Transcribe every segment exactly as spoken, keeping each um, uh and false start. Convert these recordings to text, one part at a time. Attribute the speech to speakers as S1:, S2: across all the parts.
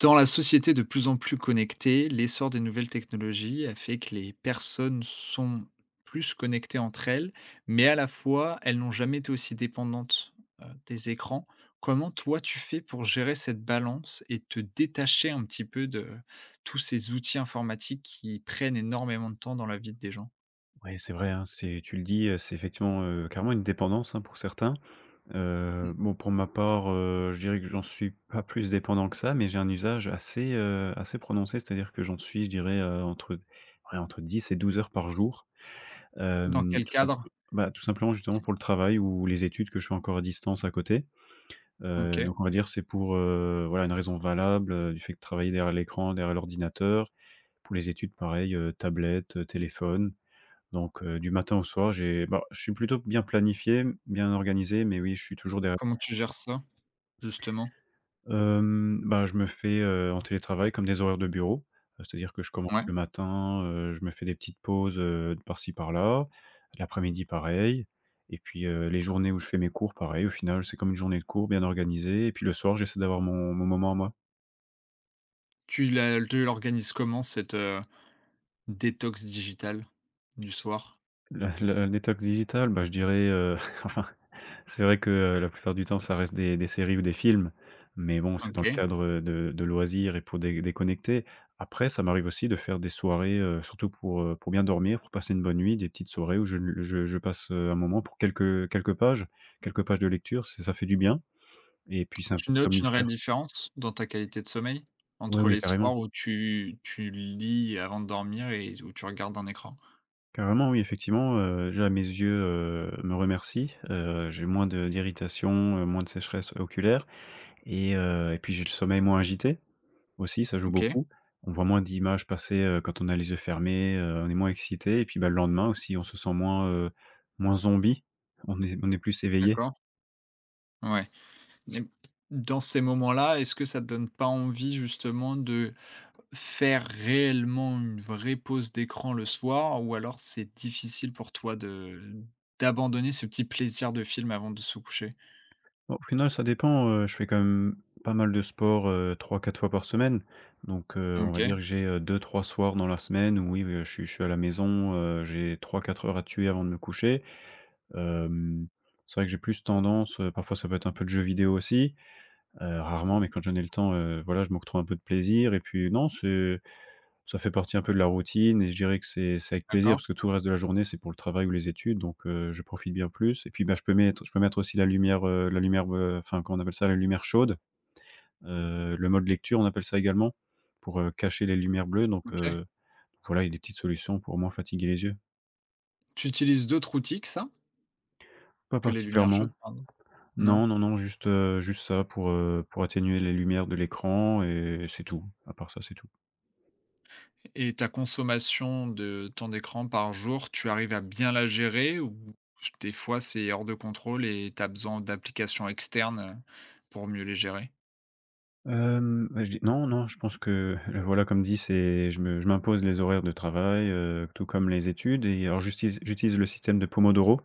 S1: Dans la société de plus en plus connectée, l'essor des nouvelles technologies a fait que les personnes sont plus connectées entre elles, mais à la fois, elles n'ont jamais été aussi dépendantes, heu, des écrans. Comment toi, tu fais pour gérer cette balance et te détacher un petit peu de tous ces outils informatiques qui prennent énormément de temps dans la vie des gens?
S2: Ouais, c'est vrai, hein, c'est tu le dis, heu, c'est effectivement, heu, carrément une dépendance, hein, pour certains.
S1: Mmh.
S2: Heu, bon, pour ma part, heu, je dirais que j'en suis pas plus dépendant que ça, mais j'ai un usage assez, heu, assez prononcé. C'est-à-dire que j'en suis, je dirais, heu, entre ouais, entre dix et douze heures par jour.
S1: Dans
S2: Hem,
S1: quel
S2: tout simple
S1: cadre?
S2: Bah, tout simplement, justement, pour le travail ou les études que je fais encore à distance à côté. Heu,
S1: OK.
S2: donc on va dire, c'est pour, heu, voilà, une raison valable, heu, du fait que travailler derrière l'écran, derrière l'ordinateur. Pour les études, pareil, heu, tablette, heu, téléphone. Donc heu, du matin au soir, j'ai bah, je suis plutôt bien planifié, bien organisé, mais oui, je suis toujours derrière.
S1: Comment tu gères ça, justement?
S2: Hem, bah, je me fais, heu, en télétravail comme des horaires de bureau. Heu, c'est-à-dire que je commence
S1: Ouais.
S2: le matin, heu, je me fais des petites pauses, heu, par-ci par-là. L'après-midi, pareil, et puis, heu, les journées où je fais mes cours, pareil. Au final, c'est comme une journée de cours bien organisée et puis le soir, j'essaie d'avoir mon mon moment à moi.
S1: Tu la tu l'organises comment cette, heu, détox digitale du soir?
S2: La la la détox digitale, bah, je dirais, heu, enfin. C'est vrai que, heu, la plupart du temps, ça reste des des séries ou des films, mais bon, c'est dans le
S1: OK.
S2: cadre, de de loisirs et pour dé déconnecter. Après, ça m'arrive aussi de faire des soirées, heu, surtout pour, heu, pour bien dormir, pour passer une bonne nuit, des petites soirées où je je je passe, heu, un moment pour quelques quelques pages quelques pages de lecture, c'est ça fait du bien et puis c'est un
S1: Tu
S2: petit
S1: notes une réelle
S2: somnifère.
S1: différence dans ta qualité de sommeil?
S2: Oui,
S1: Entre
S2: oui,
S1: les
S2: carrément.
S1: soirs où tu tu lis avant de dormir et où tu regardes un écran?
S2: Carrément, oui, effectivement, heu, déjà mes yeux, heu, me remercient, heu, j'ai moins de d'irritation, heu, moins de sécheresse oculaire et heu et puis j'ai le sommeil moins agité. Aussi, ça joue
S1: OK,
S2: beaucoup. On voit moins d'images passer, heu, quand on a les yeux fermés, heu, on est moins excité et puis, bah, le lendemain aussi, on se sent moins, heu, moins zombie. On est on est plus éveillé.
S1: d'accord, ouais. Et dans ces moments-là, est-ce que ça te donne pas envie justement de faire réellement une vraie pause d'écran le soir? Ou alors c'est difficile pour toi de d'abandonner ce petit plaisir de film avant de se coucher?
S2: Bah, au final, ça dépend, heu, je fais quand même pas mal de sport, heu, trois quatre fois par semaine. Donc, heu, on va
S1: OK,
S2: dire que j'ai, heu, deux trois soirs dans la semaine où oui, heu, je suis je suis à la maison, heu, j'ai trois quatre heures à tuer avant de me coucher. Hem, c'est vrai que j'ai plus tendance, heu, parfois ça peut être un peu de jeux vidéo aussi, heu, rarement, mais quand j'en ai le temps, heu, voilà, je m'octroie un peu de plaisir et puis non, c'est Ça fait partie un peu de la routine et je dirais que c'est c'est avec plaisir
S1: d'accord,
S2: parce que tout le reste de la journée, c'est pour le travail ou les études, donc heu, je profite bien plus et puis, bah, je peux mettre je peux mettre aussi la lumière, heu, la lumière, heu, enfin, comment on appelle ça? La lumière chaude, heu, le mode lecture, on appelle ça également, pour, heu, cacher les lumières bleues, donc
S1: OK.
S2: heu, voilà, il y a des petites solutions pour moins fatiguer les yeux.
S1: Tu utilises d'autres outils que ça?
S2: Pas
S1: Que les lumières
S2: particulièrement.
S1: chaudes, pardon? Non?
S2: Non, non, non, juste, heu, juste ça pour, heu, pour atténuer les lumières de l'écran, et c'est tout. À part ça, c'est tout.
S1: Et ta consommation de temps d'écran par jour, tu arrives à bien la gérer ou des fois c'est hors de contrôle et tu as besoin d'applications externes, pour mieux les gérer?
S2: Hem, bah, je dis non, non, je pense que, voilà, comme dit, c'est je me je m'impose les horaires de travail, heu, tout comme les études, et alors j'utilise j'utilise le système de Pomodoro.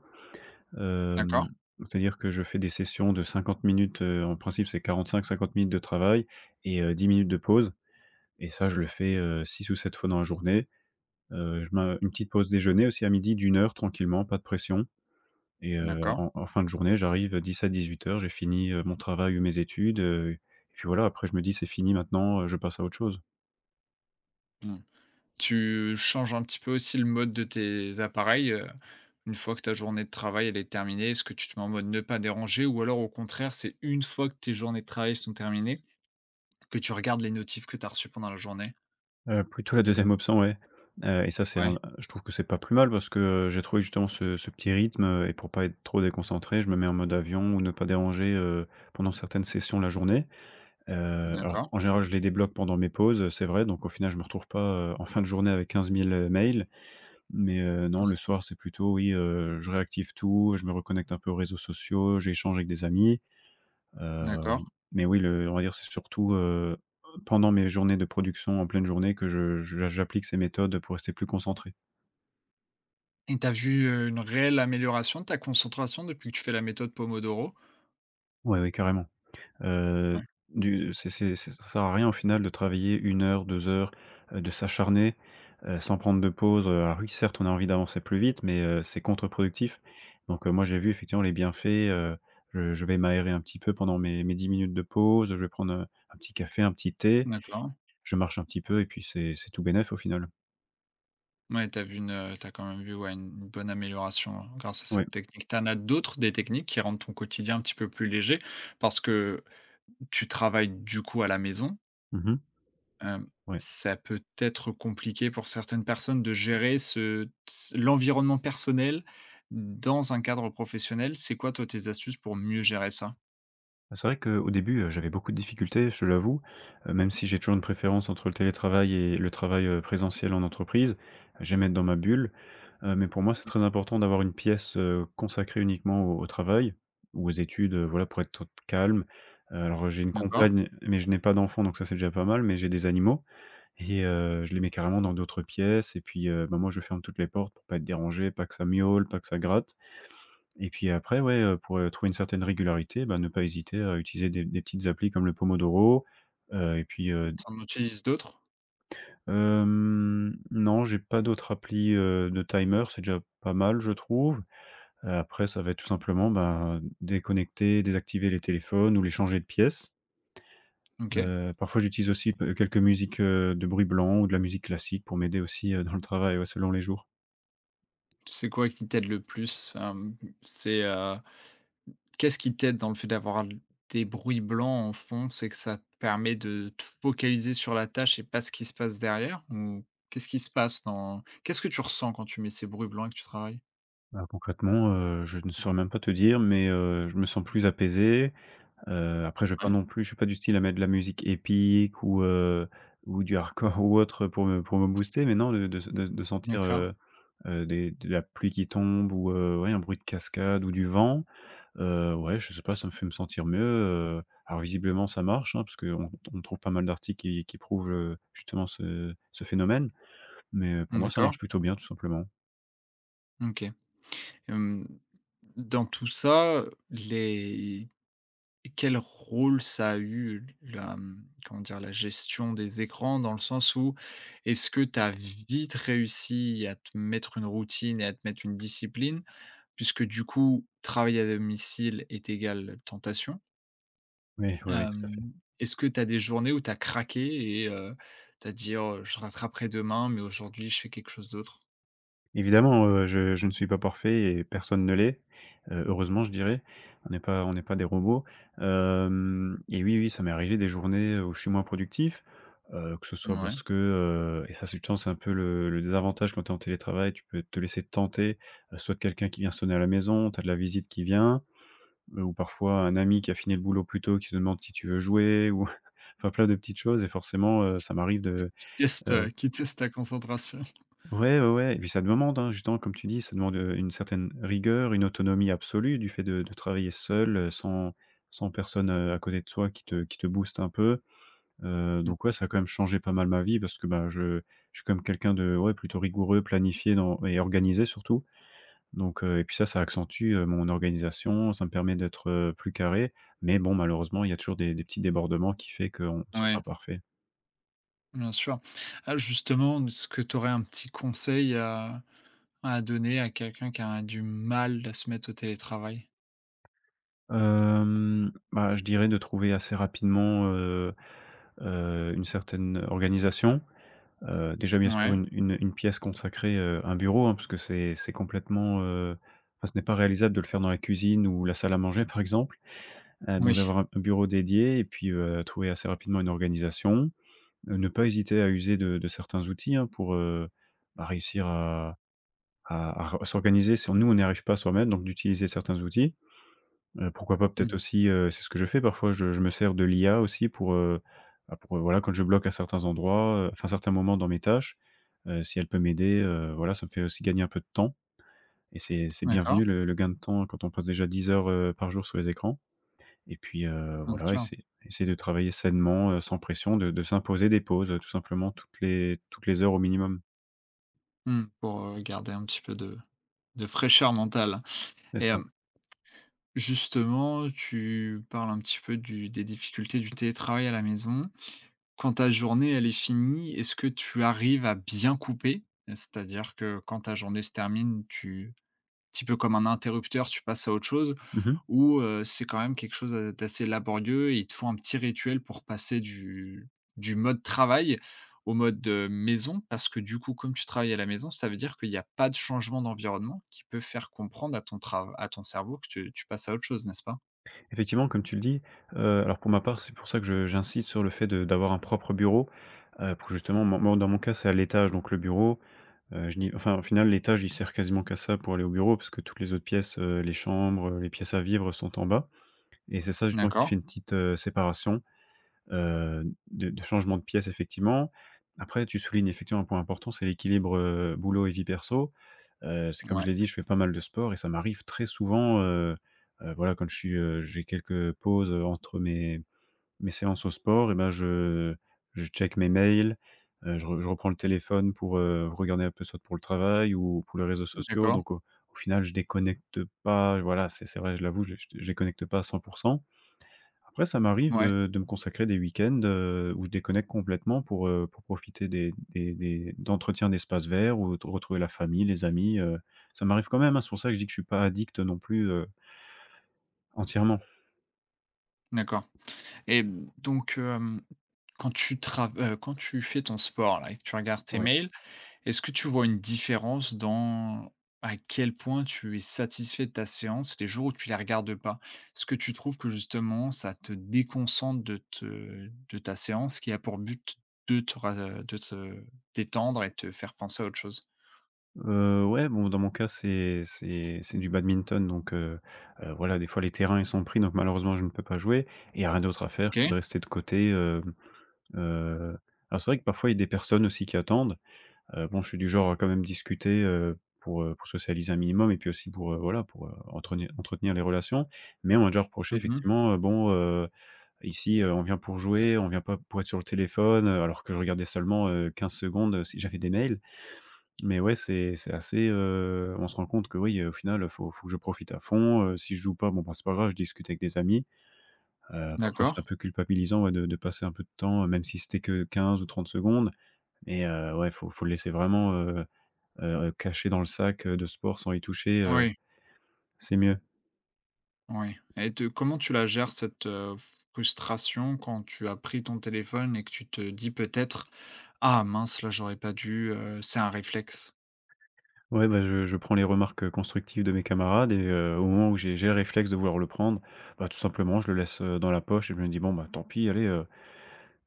S1: D'accord,
S2: Hem, c'est-à-dire que je fais des sessions de cinquante minutes, heu, en principe, c'est quarante-cinq à cinquante minutes de travail et heu, dix minutes de pause, et ça, je le fais, heu, six ou sept fois dans la journée. Heu, je mets une petite pause déjeuner aussi à midi d'une heure tranquillement, pas de pression, et heu,
S1: d'accord.
S2: en en fin de journée, j'arrive 1700 heures. J'ai fini, heu, mon travail ou mes études, heu et puis voilà, après je me dis: «C'est fini maintenant, heu, je passe à autre chose».
S1: Mmh. Tu changes un petit peu aussi le mode de tes appareils, heu, une fois que ta journée de travail, elle est terminée, est-ce que tu te mets en mode ne pas déranger ou alors au contraire, c'est une fois que tes journées de travail sont terminées que tu regardes les notifs que tu as reçues pendant la journée?
S2: Heu, plutôt la deuxième option, ouais, heu et ça, c'est
S1: Ouais,
S2: un je trouve que c'est pas plus mal parce que, heu, j'ai trouvé justement ce ce petit rythme, heu et pour pas être trop déconcentré, je me mets en mode avion ou ne pas déranger, heu, pendant certaines sessions la journée, heu, alors
S1: d'accord,
S2: en général, je les débloque pendant mes pauses, heu, c'est vrai, donc au final, je me retrouve pas, heu, en fin de journée avec quinze mille heu, mails, mais heu, non, le soir, c'est plutôt oui, heu, je réactive tout, je me reconnecte un peu aux réseaux sociaux, j'échange avec des amis. Heu,
S1: d'accord.
S2: mais oui, le on va dire, c'est surtout, heu, pendant mes journées de production, en pleine journée, que je je j'applique ces méthodes pour rester plus concentré.
S1: Et t'as vu, heu, une réelle amélioration de ta concentration depuis que tu fais la méthode Pomodoro?
S2: Oui, ouais, carrément. Heu,
S1: Ouais,
S2: du c'est c'est c'est ça sert à rien, au final, de travailler une heure, deux heures, heu, de s'acharner, heu, sans prendre de pause, heu, alors oui, certes, on a envie d'avancer plus vite, mais heu, c'est contre-productif. Donc heu, moi, j'ai vu, effectivement, les bienfaits, heu, je je vais m'aérer un petit peu pendant mes mes dix minutes de pause, je vais prendre, heu, un petit café, un petit thé,
S1: d'accord.
S2: je marche un petit peu et puis c'est c'est tout bénef, au final.
S1: Ouais, t'as vu une, heu, tu quand même vu, ouais, une une bonne amélioration hein, grâce à
S2: Ouais.
S1: cette technique. T'en as d'autres, des techniques qui rendent ton quotidien un petit peu plus léger? Parce que tu travailles du coup à la maison,
S2: Mmh mh.
S1: hem,
S2: Ouais.
S1: ça peut être compliqué pour certaines personnes de gérer ce ts l'environnement personnel dans un cadre professionnel. C'est quoi toi tes astuces pour mieux gérer ça?
S2: Bah, C'est vrai qu'au début, heu, j'avais beaucoup de difficultés, je te l'avoue, heu, même si j'ai toujours une préférence entre le télétravail et le travail, heu, présentiel en entreprise. J'aime être dans ma bulle, heu, mais pour moi, c'est très important d'avoir une pièce, heu, consacrée uniquement au au travail ou aux études, heu, voilà, pour être calme. Heu, alors j'ai une
S1: D'accord.
S2: compagne, mais je n'ai pas d'enfant, donc ça, c'est déjà pas mal, mais j'ai des animaux et heu, je les mets carrément dans d'autres pièces et puis, heu, bah, moi, je ferme toutes les portes pour pas être dérangé, pas que ça miaule, pas que ça gratte. Et puis après, ouais, heu, pour, heu, trouver une certaine régularité, bah, ne pas hésiter à utiliser des des petites applis comme le Pomodoro, heu et puis, heu,
S1: T'en utilises d'autres?
S2: hem, non, j'ai pas d'autres applis, heu, de timer, c'est déjà pas mal, je trouve. Heu, après, ça va être tout simplement, ben, déconnecter, désactiver les téléphones ou les changer de pièce.
S1: OK.
S2: Heu, parfois j'utilise aussi p euh, quelques musiques, heu, de bruit blanc ou de la musique classique pour m'aider aussi, heu, dans le travail, ouais, selon les jours.
S1: C'est quoi qui t'aide le plus? Hem, c'est, heu, qu'est-ce qui t'aide dans le fait d'avoir l des bruits blancs en fond? C'est que ça te permet de te focaliser sur la tâche et pas ce qui se passe derrière? Ou qu'est-ce qui se passe dans qu'est-ce que tu ressens quand tu mets ces bruits blancs et que tu travailles?
S2: Bah, concrètement, heu, je ne saurais même pas te dire, mais, heu, je me sens plus apaisé. Heu, après je vais pas
S1: Ouais,
S2: non plus je suis pas du style à mettre de la musique épique ou, heu, ou du hardcore ou autre pour me pour me booster, mais non, de de de de sentir,
S1: d'accord,
S2: heu heu, des de la pluie qui tombe ou, heu, ouais, un bruit de cascade ou du vent, heu, ouais, je sais pas, ça me fait me sentir mieux, heu, alors visiblement ça marche, hein, parce qu'on on trouve pas mal d'articles qui qui prouvent, heu, justement ce ce phénomène, mais, heu, pour moi ça
S1: d'accord,
S2: marche plutôt bien tout simplement.
S1: OK. Hem, dans tout ça, les Et quel rôle ça a eu la, mmh, comment dire? La gestion des écrans dans le sens où est-ce que tu as vite réussi à te mettre une routine et à te mettre une discipline? Puisque du coup, travail à domicile est égal tentation.
S2: Oui, oui, oui.
S1: Hem, est-ce que tu as des journées où tu as craqué et heu, tu as dit: «Oh, je rattraperai demain, mais aujourd'hui je fais quelque chose d'autre»?
S2: Évidemment, heu, je je ne suis pas parfait et personne ne l'est. Heu, heureusement je dirais. On n'est pas on n'est pas des robots. Hem et oui, oui, ça m'est arrivé des journées euh, où je suis moins productif, heu, que ce soit
S1: Mouais.
S2: parce que, heu et ça c'est je pense c'est un peu le le désavantage quand tu es en télétravail, tu peux te laisser tenter, heu, soit de quelqu'un qui vient sonner à la maison, tu as de la visite qui vient, heu, ou parfois un ami qui a fini le boulot plus tôt qui te demande si tu veux jouer ou enfin plein de petites choses et forcément, heu, ça m'arrive de.
S1: Test,
S2: euh,
S1: heu, qui teste ta concentration.
S2: Ouais, ouais, ouais, et puis ça demande, hein, justement, comme tu dis, ça demande, heu, une certaine rigueur, une autonomie absolue du fait de de travailler seul, heu, sans sans personne, heu, à côté de toi qui te qui te booste un peu. Heu, donc ouais, ça a quand même changé pas mal ma vie parce que, bah, je je suis comme quelqu'un de, ouais, plutôt rigoureux, planifié dans et organisé surtout. Donc heu et puis ça, ça accentue, heu, mon organisation, ça me permet d'être, heu, plus carré. Mais bon, malheureusement, il y a toujours des des petits débordements qui fait qu'on ne sera
S1: ouais.
S2: pas parfait.
S1: Bien sûr. Ah, justement, est-ce que tu aurais un petit conseil à à donner à quelqu'un qui a du mal à se mettre au télétravail?
S2: Hem, bah, je dirais de trouver assez rapidement, heu heu, une certaine organisation. Heu, déjà bien sûr
S1: Ouais,
S2: une une une pièce consacrée, heu, un bureau, hein, parce que c'est c'est complètement, heu, enfin ce n'est pas réalisable de le faire dans la cuisine ou la salle à manger par exemple. Heu, donc
S1: oui.
S2: d'avoir un un bureau dédié et puis, heu, trouver assez rapidement une organisation. Heu, ne pas hésiter à user de de certains outils, hein, pour, heu, bah réussir à à à re s'organiser si on nous on n'y arrive pas soi-même, donc d'utiliser certains outils. Heu, pourquoi pas peut-être
S1: Mmh.
S2: aussi, heu, c'est ce que je fais parfois, je je me sers de l'I A aussi pour, heu, bah, pour, heu, voilà, quand je bloque à certains endroits, heu, enfin certains moments dans mes tâches, heu, si elle peut m'aider, heu, voilà, ça me fait aussi gagner un peu de temps, et c'est c'est bienvenu
S1: D'accord,
S2: le le gain de temps quand on passe déjà dix heures, heu, par jour sur les écrans. Et puis, heu,
S1: bien
S2: voilà,
S1: sûr.
S2: essayer essayer de travailler sainement, heu, sans pression, de de s'imposer des pauses, heu, tout simplement toutes les toutes les heures au minimum.
S1: Mmh, pour, heu, garder un petit peu de de fraîcheur mentale
S2: C'est
S1: et
S2: ça.
S1: hem, justement, tu parles un petit peu du des difficultés du télétravail à la maison. Quand ta journée, elle est finie, est-ce que tu arrives à bien couper? C'est-à-dire que quand ta journée se termine, tu petit peu comme un interrupteur, tu passes à autre chose ou heu, c'est quand même quelque chose, heu, d'assez laborieux et il te faut un petit rituel pour passer du du mode travail au mode, heu, maison? Parce que du coup, comme tu travailles à la maison, ça veut dire qu'il y a pas de changement d'environnement qui peut faire comprendre à ton trav à ton cerveau que tu tu passes à autre chose, n'est-ce pas?
S2: Effectivement, comme tu le dis, heu, alors pour ma part, c'est pour ça que je j'insiste sur le fait de d'avoir un propre bureau, heu, pour justement moi moi dans mon cas, c'est à l'étage, donc le bureau, heu, je n'y enfin, au final, l'étage, il sert quasiment qu'à ça pour aller au bureau parce que toutes les autres pièces, heu, les chambres, heu, les pièces à vivre sont en bas, et c'est ça justement qui
S1: D'accord,
S2: fait une petite, heu, séparation. Heu, de de changement de pièce effectivement. Après tu soulignes effectivement un point important, c'est l'équilibre, heu, boulot et vie perso. Heu, c'est comme
S1: ouais,
S2: je l'ai dit, je fais pas mal de sport et ça m'arrive très souvent, heu heu, voilà, quand je suis, heu, j'ai quelques pauses, heu, entre mes mes séances au sport, et ben je je check mes mails, heu, je re je reprends le téléphone pour, heu, regarder un peu soit pour le travail ou pour les réseaux sociaux.
S1: d'accord,
S2: Donc au au final je déconnecte pas, voilà, c'est c'est vrai, je l'avoue, je je déconnecte pas à cent pour cent. Après, ça m'arrive
S1: ouais,
S2: de de me consacrer des week-ends, heu, où je déconnecte complètement pour, heu, pour profiter des des des d'entretiens d'espaces verts ou de retrouver la famille, les amis, heu, ça m'arrive quand même, hein, c'est pour ça que je dis que je suis pas addict non plus, heu, entièrement.
S1: d'accord et donc hem, quand tu trav heu, quand tu fais ton sport là et que tu regardes tes
S2: Ouais.
S1: mails. Est-ce que tu vois une différence dans à quel point tu es satisfait de ta séance les jours où tu la regardes pas? Est-ce que tu trouves que justement ça te déconcentre de te de ta séance qui a pour but de te ra euh, de te détendre et te faire penser à autre chose?
S2: Heu, ouais, bon, dans mon cas, c'est c'est c'est du badminton, donc heu heu, voilà, des fois les terrains, ils sont pris, donc malheureusement, je ne peux pas jouer et il y a rien d'autre à faire que de
S1: OK.
S2: rester de côté. hem, heu, alors c'est vrai que parfois il y a des personnes aussi qui attendent. Heu, bon, je suis du genre à quand même discuter, heu, pour, heu, pour socialiser un minimum et puis aussi pour, heu, voilà, pour, heu, entrenir entretenir les relations. Mais on m'a déjà reproché
S1: Mmh.
S2: effectivement, heu, bon, heu, ici, heu, on vient pour jouer, on vient pas pour être sur le téléphone, heu, alors que je regardais seulement, heu, quinze secondes, heu, si j'avais des mails. Mais ouais, c'est c'est assez, heu, on se rend compte que oui, heu, au final, faut faut que je profite à fond, heu, si je joue pas, bon, bah, c'est pas grave, je discute avec des amis. Heu, parfois c'est
S1: D'accord.
S2: un peu culpabilisant, ouais, de de passer un peu de temps, heu, même si c'était que quinze ou trente secondes. Mais, heu, ouais, faut faut le laisser vraiment, heu heu, caché dans le sac, heu, de sport sans y toucher, heu,
S1: Oui,
S2: c'est mieux.
S1: oui et te comment tu la gères cette, heu, frustration quand tu as pris ton téléphone et que tu te dis peut-être: «Ah mince là j'aurais pas dû», heu, c'est un réflexe?
S2: Ouais, bah, je je prends les remarques, heu, constructives de mes camarades, et heu, au moment où j'ai j'ai le réflexe de vouloir le prendre, bah, tout simplement je le laisse, heu, dans la poche, et je me dis: «Bon, bah, tant pis, allez, heu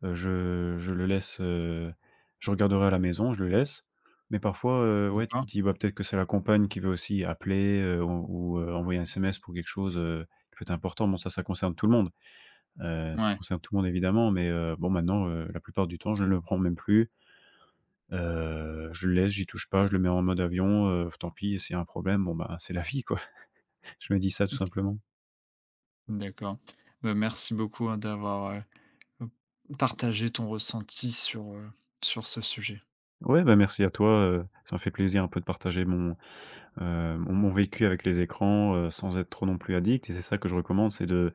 S2: heu, je je le laisse, heu, je regarderai à la maison, je le laisse.» Mais parfois, heu, ouais, tu te
S1: D'accord?
S2: dis: «Bah, peut-être que c'est la compagne qui veut aussi appeler, heu, ou ou, heu, envoyer un S M S pour quelque chose, heu, qui peut être important.» Bon, ça, ça concerne tout le monde, heu, ça
S1: Ouais.
S2: concerne tout le monde évidemment, mais heu, bon maintenant, heu, la plupart du temps, je ne le prends même plus. Heu, je le laisse, j'y touche pas, je le mets en mode avion, heu, tant pis, c'est un problème, bon, bah, c'est la vie quoi. Je me dis ça tout simplement.
S1: D'accord. Bah, merci beaucoup, hein, d'avoir, heu, partagé ton ressenti sur, heu, sur ce sujet.
S2: Ouais, bah, merci à toi, heu, ça m'a fait plaisir un peu de partager mon, heu, mon mon vécu avec les écrans, heu, sans être trop non plus addict, et c'est ça que je recommande, c'est de…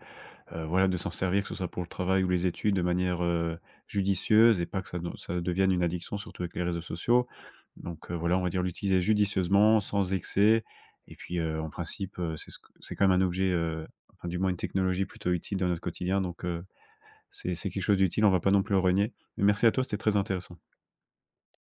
S2: Heu, voilà, de s'en servir, que ce soit pour le travail ou les études, de manière, heu, judicieuse, et pas que ça de ça devienne une addiction, surtout avec les réseaux sociaux. Donc, heu, voilà, on va dire l'utiliser judicieusement, sans excès, et puis, heu, en principe, heu, c'est ce que c'est quand même un objet, heu, enfin du moins une technologie plutôt utile dans notre quotidien, donc, heu, c'est c'est quelque chose d'utile, on va pas non plus le renier. Mais merci à toi, c'était très intéressant.